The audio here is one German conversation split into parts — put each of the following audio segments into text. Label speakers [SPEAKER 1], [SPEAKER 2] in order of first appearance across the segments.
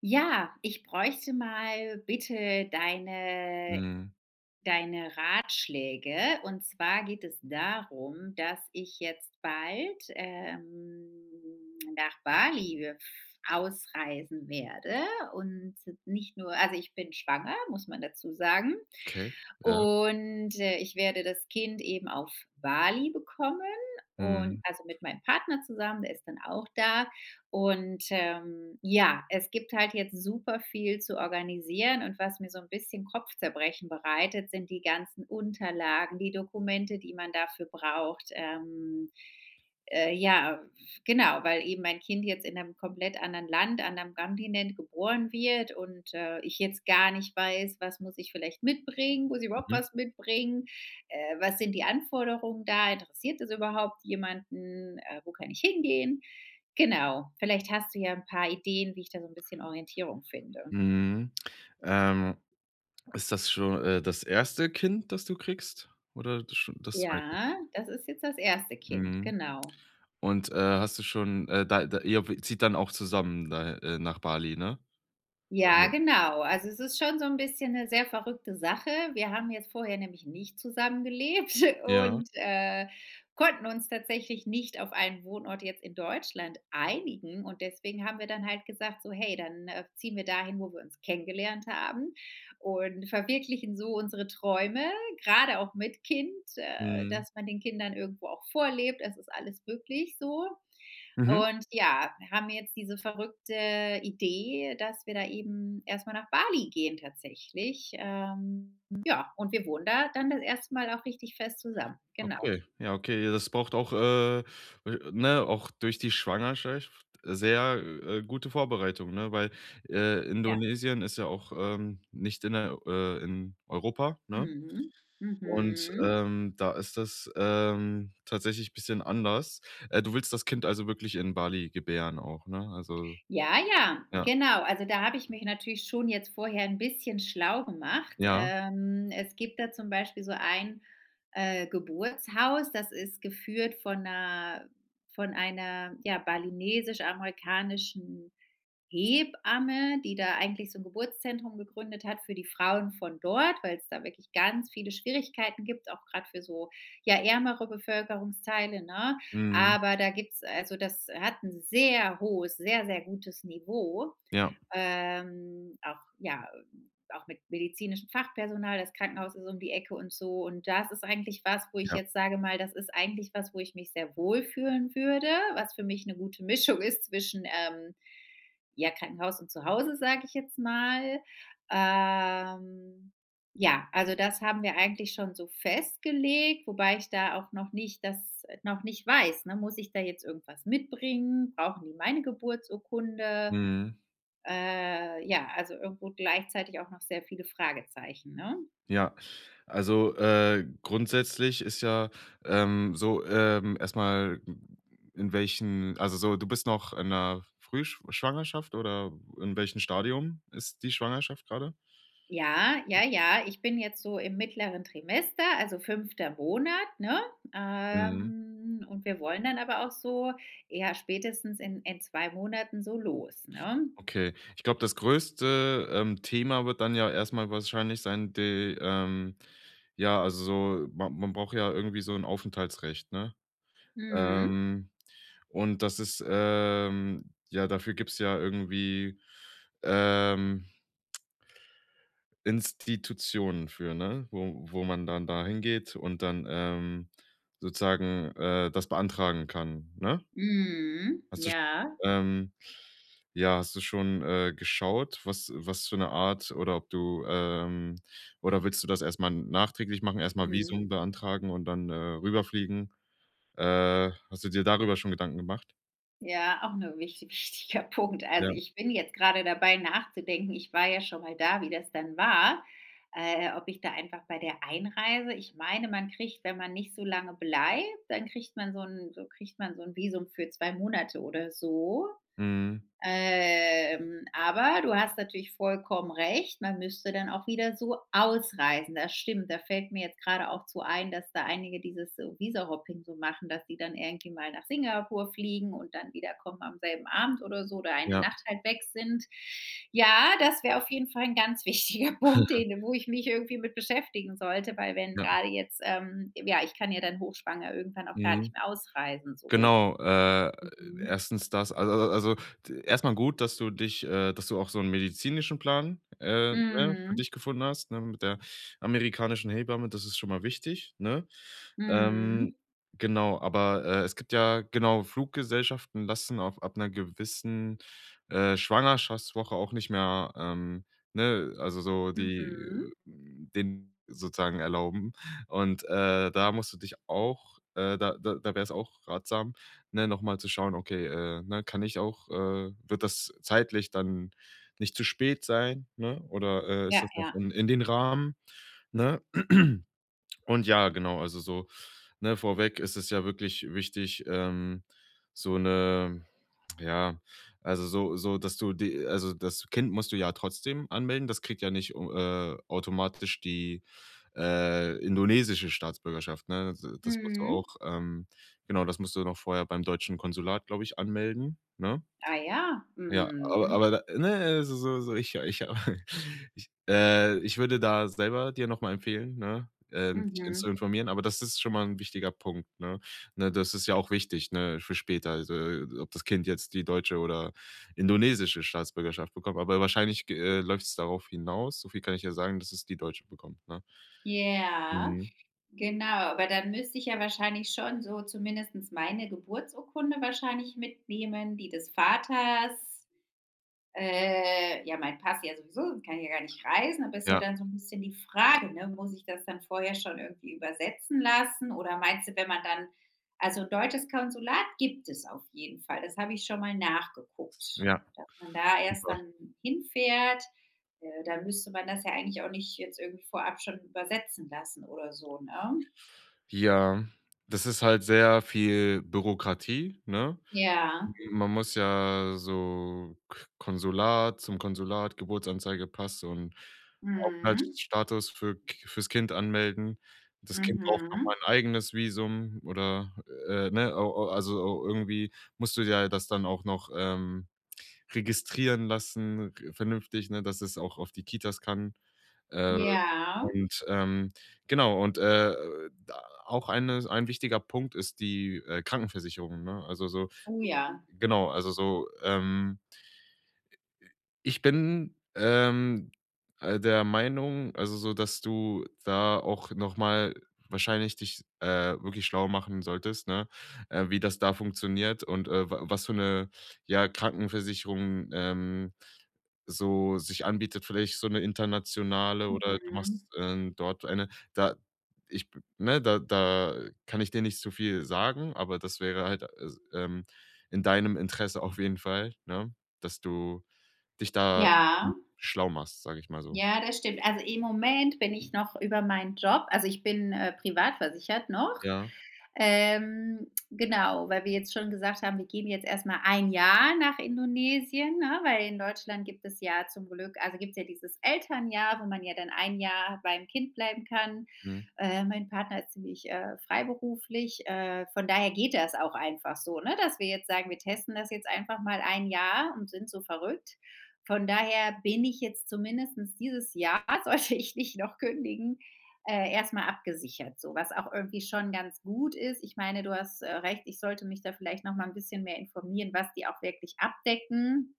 [SPEAKER 1] Ja, ich bräuchte mal bitte deine
[SPEAKER 2] Mhm,
[SPEAKER 1] deine Ratschläge. Und zwar geht es darum, dass ich jetzt bald, nach Bali ausreisen werde und nicht nur, also, ich bin schwanger, muss man dazu sagen.
[SPEAKER 2] okay, ja.
[SPEAKER 1] Und, ich werde das Kind eben auf Bali bekommen, und,
[SPEAKER 2] Mhm,
[SPEAKER 1] also, mit meinem Partner zusammen, der ist dann auch da. Und ja, es gibt halt jetzt super viel zu organisieren, und was mir so ein bisschen Kopfzerbrechen bereitet, sind die ganzen Unterlagen, die Dokumente, die man dafür braucht. Äh, ja, genau, weil eben mein Kind jetzt in einem komplett anderen Land, an einem Kontinent geboren wird, und, ich jetzt gar nicht weiß, was muss ich vielleicht mitbringen? Muss ich überhaupt
[SPEAKER 2] mhm,
[SPEAKER 1] was mitbringen? Was sind die Anforderungen da? Interessiert es überhaupt jemanden? Wo kann ich hingehen? Genau, vielleicht hast du ja ein paar Ideen, wie ich da so ein bisschen Orientierung finde.
[SPEAKER 2] mhm. Ähm, Ist das schon, das erste Kind, das du kriegst oder das schon das zweite?
[SPEAKER 1] Ja, das ist jetzt das erste Kind,
[SPEAKER 2] Mhm.
[SPEAKER 1] genau.
[SPEAKER 2] Und, hast du schon, da ihr zieht dann auch zusammen da nach Bali, ne?
[SPEAKER 1] Ja,
[SPEAKER 2] Also
[SPEAKER 1] genau. Also, es ist schon so ein bisschen eine sehr verrückte Sache. Wir haben jetzt vorher nämlich nicht zusammengelebt
[SPEAKER 2] ja,
[SPEAKER 1] und, konnten uns tatsächlich nicht auf einen Wohnort jetzt in Deutschland einigen, und deswegen haben wir dann halt gesagt so: „Hey, dann, ziehen wir dahin, wo wir uns kennengelernt haben und verwirklichen so unsere Träume“, gerade auch mit Kind,
[SPEAKER 2] mhm,
[SPEAKER 1] dass man den Kindern irgendwo auch vorlebt. Es ist alles möglich so.
[SPEAKER 2] mhm,
[SPEAKER 1] Und ja, wir haben jetzt diese verrückte Idee, dass wir da eben erst mal nach Bali gehen tatsächlich. Ja, und wir wohnen da dann das erste Mal auch richtig fest zusammen. Genau.
[SPEAKER 2] okay. Ja, okay, ja, das braucht auch, ne, auch durch die Schwangerschaft sehr, gute Vorbereitung, ne, weil,
[SPEAKER 1] Ja.
[SPEAKER 2] Indonesien ist ja auch, nicht in der in Europa, ne?
[SPEAKER 1] Mhm.
[SPEAKER 2] Und,
[SPEAKER 1] Mhm.
[SPEAKER 2] da ist das, tatsächlich ein bisschen anders. Du willst das Kind also wirklich in Bali gebären auch, ne? Also
[SPEAKER 1] Ja, ja,
[SPEAKER 2] ja,
[SPEAKER 1] genau. Also, da habe ich mich natürlich schon jetzt vorher ein bisschen schlau gemacht.
[SPEAKER 2] ja,
[SPEAKER 1] Es gibt da zum Beispiel so ein, Geburtshaus, das ist geführt von einer ja, balinesisch-amerikanischen Hebamme, die da eigentlich so ein Geburtszentrum gegründet hat für die Frauen von dort, weil es da wirklich ganz viele Schwierigkeiten gibt, auch gerade für so, ja, ärmere Bevölkerungsteile, ne?
[SPEAKER 2] mhm,
[SPEAKER 1] Aber da gibt's, also das hat ein sehr hohes, sehr, sehr gutes Niveau,
[SPEAKER 2] ja,
[SPEAKER 1] auch ja, auch mit medizinischem Fachpersonal. Das Krankenhaus ist um die Ecke und so. Und das ist eigentlich was, wo ich
[SPEAKER 2] ja,
[SPEAKER 1] jetzt sage mal, das ist eigentlich was, wo ich mich sehr wohl fühlen würde, was für mich eine gute Mischung ist zwischen, ja, Krankenhaus und Zuhause, sage ich jetzt mal. Ähm, ja, also das haben wir eigentlich schon so festgelegt, wobei ich da auch noch nicht das noch nicht weiß, ne? Muss ich da jetzt irgendwas mitbringen? Brauchen die meine Geburtsurkunde?
[SPEAKER 2] mhm,
[SPEAKER 1] Ja, also irgendwo gleichzeitig auch noch sehr viele Fragezeichen, ne?
[SPEAKER 2] ja. Also, grundsätzlich ist ja, so, erst in welchen also so, du bist noch in 'ner Frühschwangerschaft oder in welchem Stadium ist die Schwangerschaft gerade?
[SPEAKER 1] Ja, ja, ja, ich bin jetzt so im mittleren Trimester, also fünfter Monat, ne?
[SPEAKER 2] Mhm.
[SPEAKER 1] Und wir wollen dann aber auch so, ja, spätestens in 2 Monaten so los, ne?
[SPEAKER 2] Okay, ich glaube, das größte, Thema wird dann ja erstmal wahrscheinlich sein, ja, also so ma man braucht ja irgendwie so ein Aufenthaltsrecht, ne?
[SPEAKER 1] Mhm.
[SPEAKER 2] Ähm, und das ist, ja, dafür gibt's ja irgendwie, ähm, Institutionen für, ne? Wo man dann da hingeht und dann, sozusagen, das beantragen kann, ne?
[SPEAKER 1] Mhm.
[SPEAKER 2] Hast du sch
[SPEAKER 1] Ja.
[SPEAKER 2] ähm, ja, hast du schon, geschaut, was für eine Art oder ob du, oder willst du das erstmal nachträglich machen, erstmal
[SPEAKER 1] Mhm.
[SPEAKER 2] Visum beantragen und dann, rüberfliegen? Hast du dir darüber schon Gedanken gemacht?
[SPEAKER 1] Ja, auch 'ne wichti wichtiger Punkt. Also,
[SPEAKER 2] Ja.
[SPEAKER 1] ich bin jetzt gerade dabei nachzudenken, ich war ja schon mal da, wie das dann war, ob ich da einfach bei der Einreise, ich meine, man kriegt, wenn man nicht so lange bleibt, dann kriegt man so ein, so kriegt man so ein Visum für 2 Monate oder so.
[SPEAKER 2] Mhm.
[SPEAKER 1] Aber du hast natürlich vollkommen recht, man müsste dann auch wieder so ausreisen. Das stimmt, da fällt mir jetzt gerade auch zu ein, dass da einige dieses so Visa-Hopping so machen, dass die dann irgendwie mal nach Singapur fliegen und dann wiederkommen am selben Abend oder so, oder eine
[SPEAKER 2] Ja.
[SPEAKER 1] Nacht halt weg sind. Ja, das wäre auf jeden Fall ein ganz wichtiger Punkt, den, wo ich mich irgendwie mit beschäftigen sollte, weil wenn
[SPEAKER 2] Ja.
[SPEAKER 1] gerade jetzt, ähm, ja, ich kann ja dann hochschwanger irgendwann auch gar
[SPEAKER 2] Mhm.
[SPEAKER 1] nicht mehr ausreisen so.
[SPEAKER 2] Genau,
[SPEAKER 1] Mhm.
[SPEAKER 2] erstens das. Also d erst gut, dass du dich dass du auch so einen medizinischen Plan, ne, für
[SPEAKER 1] Mhm.
[SPEAKER 2] dich gefunden hast, ne, mit der amerikanischen Hebamme. Das ist schon mal wichtig, ne? Ähm,
[SPEAKER 1] Mhm.
[SPEAKER 2] genau, aber, es gibt ja genau, Fluggesellschaften lassen auf ab einer gewissen, Schwangerschaftswoche auch nicht mehr, ne, also so die,
[SPEAKER 1] Mhm.
[SPEAKER 2] den sozusagen erlauben. Und, da musst du dich auch da wäre es auch ratsam, ne, noch mal zu schauen: „Okay, ne, kann ich auch wird das zeitlich dann nicht zu spät sein, ne, oder, ist
[SPEAKER 1] Ja,
[SPEAKER 2] das noch
[SPEAKER 1] ja.
[SPEAKER 2] in den Rahmen“, ne? Und ja, genau, also so, ne, vorweg ist es ja wirklich wichtig, so eine ja, also, dass du die, also das Kind musst du ja trotzdem anmelden. Das kriegt ja nicht, automatisch die, indonesische Staatsbürgerschaft, ne? Das musst du
[SPEAKER 1] Mhm.
[SPEAKER 2] auch, genau, das musst du noch vorher beim deutschen Konsulat, glaube ich, anmelden, ne?
[SPEAKER 1] Ah ja.
[SPEAKER 2] Ja, aber
[SPEAKER 1] Mhm.
[SPEAKER 2] da ne, so ich ich ich würde da selber dir noch mal empfehlen, ne, dich zu
[SPEAKER 1] Mhm.
[SPEAKER 2] informieren, aber das ist schon mal 'n wichtiger Punkt, ne? Ne, das ist ja auch wichtig, ne, für später, also, ob das Kind jetzt die deutsche oder indonesische Staatsbürgerschaft bekommt, aber wahrscheinlich, g läuft's darauf hinaus, so viel kann ich ja sagen, dass es die deutsche bekommt, ne?
[SPEAKER 1] Ja,
[SPEAKER 2] Mhm.
[SPEAKER 1] genau. Aber dann müsste ich ja wahrscheinlich schon so zumindest meine Geburtsurkunde wahrscheinlich mitnehmen, die des Vaters. Ja, mein Pass ja sowieso, kann ja gar nicht reisen, aber ist ja
[SPEAKER 2] Ja,
[SPEAKER 1] dann so ein bisschen die Frage, ne, muss ich das dann vorher schon irgendwie übersetzen lassen, oder meinst du, wenn man dann, also, 'n deutsches Konsulat gibt es auf jeden Fall, das habe ich schon mal nachgeguckt,
[SPEAKER 2] ja,
[SPEAKER 1] dass man da erst
[SPEAKER 2] super.
[SPEAKER 1] dann hinfährt. Dann müsste man das ja eigentlich auch nicht jetzt irgendwie vorab schon übersetzen lassen oder so, ne?
[SPEAKER 2] Ja, das ist halt sehr viel Bürokratie, ne?
[SPEAKER 1] Ja.
[SPEAKER 2] Man muss ja so K Konsulat zum Konsulat, Geburtsanzeige, Pass und
[SPEAKER 1] Mhm.
[SPEAKER 2] Aufenthaltsstatus fürs Kind anmelden. Das Kind braucht noch
[SPEAKER 1] Mhm.
[SPEAKER 2] mal ein eigenes Visum oder, ne, au au also, irgendwie musst du ja das dann auch noch, registrieren lassen, r vernünftig, ne, dass es auch auf die Kitas kann. Äh
[SPEAKER 1] Ja.
[SPEAKER 2] und, genau und, da auch eine ein wichtiger Punkt ist die, Krankenversicherung, ne? Also, so
[SPEAKER 1] Oh
[SPEAKER 2] du
[SPEAKER 1] ja.
[SPEAKER 2] kann genau, also, so, ich bin, der Meinung, also, so, dass du da auch noch mal wahrscheinlich dich, wirklich schlau machen solltest, ne, wie das da funktioniert und, wa was für eine ja, Krankenversicherung, so sich anbietet, vielleicht so 'ne internationale oder du
[SPEAKER 1] Mhm.
[SPEAKER 2] machst, dort eine da ich b ne, da kann ich dir nicht zu viel sagen, aber das wäre halt, s in deinem Interesse auf jeden Fall, ne, dass du dich da
[SPEAKER 1] Ja.
[SPEAKER 2] schlau machst, sage ich mal so.
[SPEAKER 1] Ja, das stimmt. Also, im Moment bin ich noch über meinen Job, also, ich bin, privat versichert noch.
[SPEAKER 2] Ja.
[SPEAKER 1] Genau, weil wir jetzt schon gesagt haben, wir gehen jetzt erstmal ein Jahr nach Indonesien, ne, weil in Deutschland gibt es ja zum Glück, also, gibt es ja dieses Elternjahr, wo man ja dann ein Jahr beim Kind bleiben kann.
[SPEAKER 2] Mhm.
[SPEAKER 1] Mein Partner ist ziemlich, freiberuflich, von daher geht das auch einfach so, ne, dass wir jetzt sagen, wir testen das jetzt einfach mal ein Jahr und sind so verrückt. Von daher bin ich jetzt zumindest dieses Jahr, sollte ich nicht noch kündigen, erst abgesichert, so, was auch irgendwie schon ganz gut ist. Ich meine, du hast, recht, ich sollte mich da vielleicht noch mal ein bisschen mehr informieren, was die auch wirklich abdecken,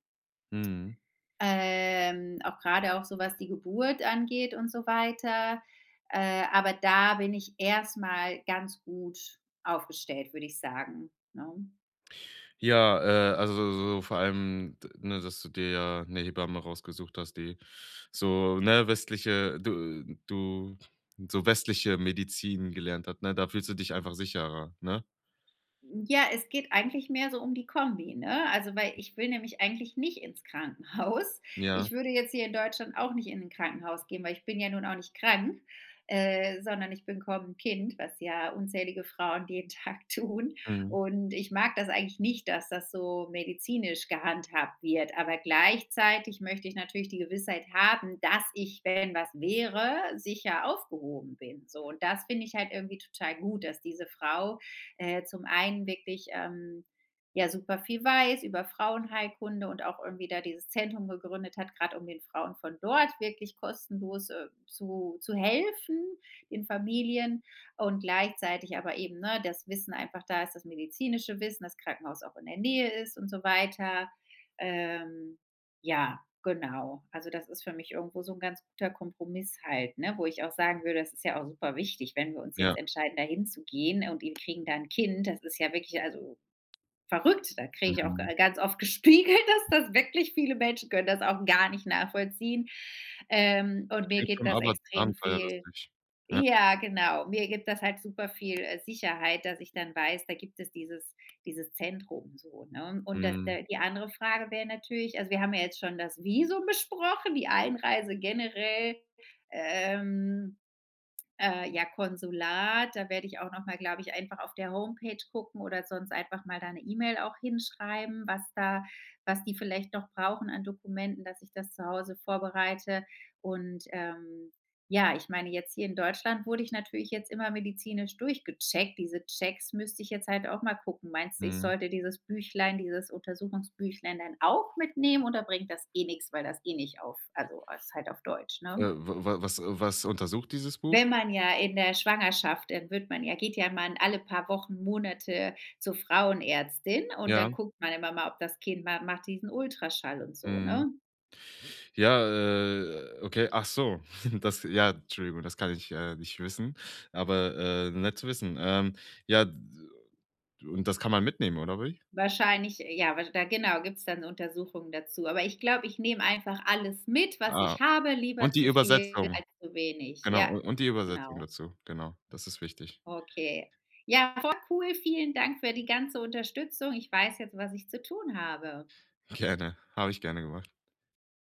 [SPEAKER 2] Mhm.
[SPEAKER 1] auch gerade auch so, was die Geburt angeht und so weiter. Aber da bin ich erstmal ganz gut aufgestellt, würde ich sagen, ne?
[SPEAKER 2] Ja, also so vor allem, d ne, dass du dir ja 'ne Hebamme rausgesucht hast, die so, ne, westliche du du so westliche Medizin gelernt hat, ne? Da fühlst du dich einfach sicherer, ne?
[SPEAKER 1] Ja, es geht eigentlich mehr so um die Kombi, ne? Also, weil ich will nämlich eigentlich nicht ins Krankenhaus.
[SPEAKER 2] Ja.
[SPEAKER 1] Ich würde jetzt hier in Deutschland auch nicht in ein Krankenhaus gehen, weil ich bin ja nun auch nicht krank, sondern ich bin kaum ein Kind, was ja unzählige Frauen jeden Tag tun.
[SPEAKER 2] Mhm.
[SPEAKER 1] Und ich mag das eigentlich nicht, dass das so medizinisch gehandhabt wird. Aber gleichzeitig möchte ich natürlich die Gewissheit haben, dass ich, wenn was wäre, sicher aufgehoben bin, so. Und das finde ich halt irgendwie total gut, dass diese Frau zum einen wirklich, ja, super viel weiß über Frauenheilkunde und auch irgendwie da dieses Zentrum gegründet hat, gerade um den Frauen von dort wirklich kostenlos, zu, helfen, den Familien, und gleichzeitig aber eben, ne, das Wissen einfach da ist, das medizinische Wissen, das Krankenhaus auch in der Nähe ist und so weiter. Ähm, ja, genau. Also, das ist für mich irgendwo so 'n ganz guter Kompromiss halt, ne, wo ich auch sagen würde, das ist ja auch super wichtig, wenn wir uns jetzt
[SPEAKER 2] Ja.
[SPEAKER 1] entscheiden, da hinzugehen und wir kriegen da 'n Kind. Das ist ja wirklich, also, verrückt. Da kriege ich auch
[SPEAKER 2] Mhm.
[SPEAKER 1] ga ganz oft gespiegelt, dass das wirklich viele Menschen, können das auch gar nicht nachvollziehen. Und mir
[SPEAKER 2] Klingt
[SPEAKER 1] geht
[SPEAKER 2] schon
[SPEAKER 1] das
[SPEAKER 2] aber
[SPEAKER 1] extrem viel,
[SPEAKER 2] abenteuerlustig. Ja.
[SPEAKER 1] ja, genau. Mir gibt das halt super viel, Sicherheit, dass ich dann weiß, da gibt es dieses Zentrum so, ne? Und das,
[SPEAKER 2] Mhm.
[SPEAKER 1] der die andere Frage wäre natürlich, also, wir haben ja jetzt schon das Visum besprochen, die Einreise generell, ähm, ja, Konsulat, da werde ich auch noch mal, glaube ich, einfach auf der Homepage gucken oder sonst einfach mal da 'ne E-Mail auch hinschreiben, was da was die vielleicht noch brauchen an Dokumenten, dass ich das zu Hause vorbereite. Und, ja, ich meine, jetzt hier in Deutschland wurde ich natürlich jetzt immer medizinisch durchgecheckt. Diese Checks müsste ich jetzt halt auch mal gucken. Meinst du, ich
[SPEAKER 2] Mhm.
[SPEAKER 1] sollte dieses Büchlein, dieses Untersuchungsbüchlein dann auch mitnehmen, oder bringt das eh nichts, weil das eh nicht auf, also, ist halt auf Deutsch, ne?
[SPEAKER 2] Wa wa was was untersucht dieses Buch?
[SPEAKER 1] Wenn man ja in der Schwangerschaft, dann wird man ja, geht ja man alle paar Wochen, Monate zur Frauenärztin und dann
[SPEAKER 2] Ja.
[SPEAKER 1] guckt man immer mal, ob das Kind ma macht diesen Ultraschall und so,
[SPEAKER 2] Mhm.
[SPEAKER 1] ne?
[SPEAKER 2] Ja, okay, ach so. Das ja, Entschuldigung, das kann ich, nicht wissen, aber, nett zu wissen. Ja, d und das kann man mitnehmen, oder wie?
[SPEAKER 1] Wahrscheinlich ja, wa da genau, gibt's dann Untersuchungen dazu. Aber ich glaube, ich nehme einfach alles mit, was
[SPEAKER 2] Ah,
[SPEAKER 1] ich habe, lieber
[SPEAKER 2] und die
[SPEAKER 1] zu viel
[SPEAKER 2] Übersetzung,
[SPEAKER 1] als zu wenig.
[SPEAKER 2] genau,
[SPEAKER 1] Ja,
[SPEAKER 2] u und die Übersetzung
[SPEAKER 1] genau.
[SPEAKER 2] dazu, genau. Das ist wichtig.
[SPEAKER 1] Okay. Ja, voll cool. Vielen Dank für die ganze Unterstützung. Ich weiß jetzt, was ich zu tun habe.
[SPEAKER 2] Gerne, habe ich gerne gemacht.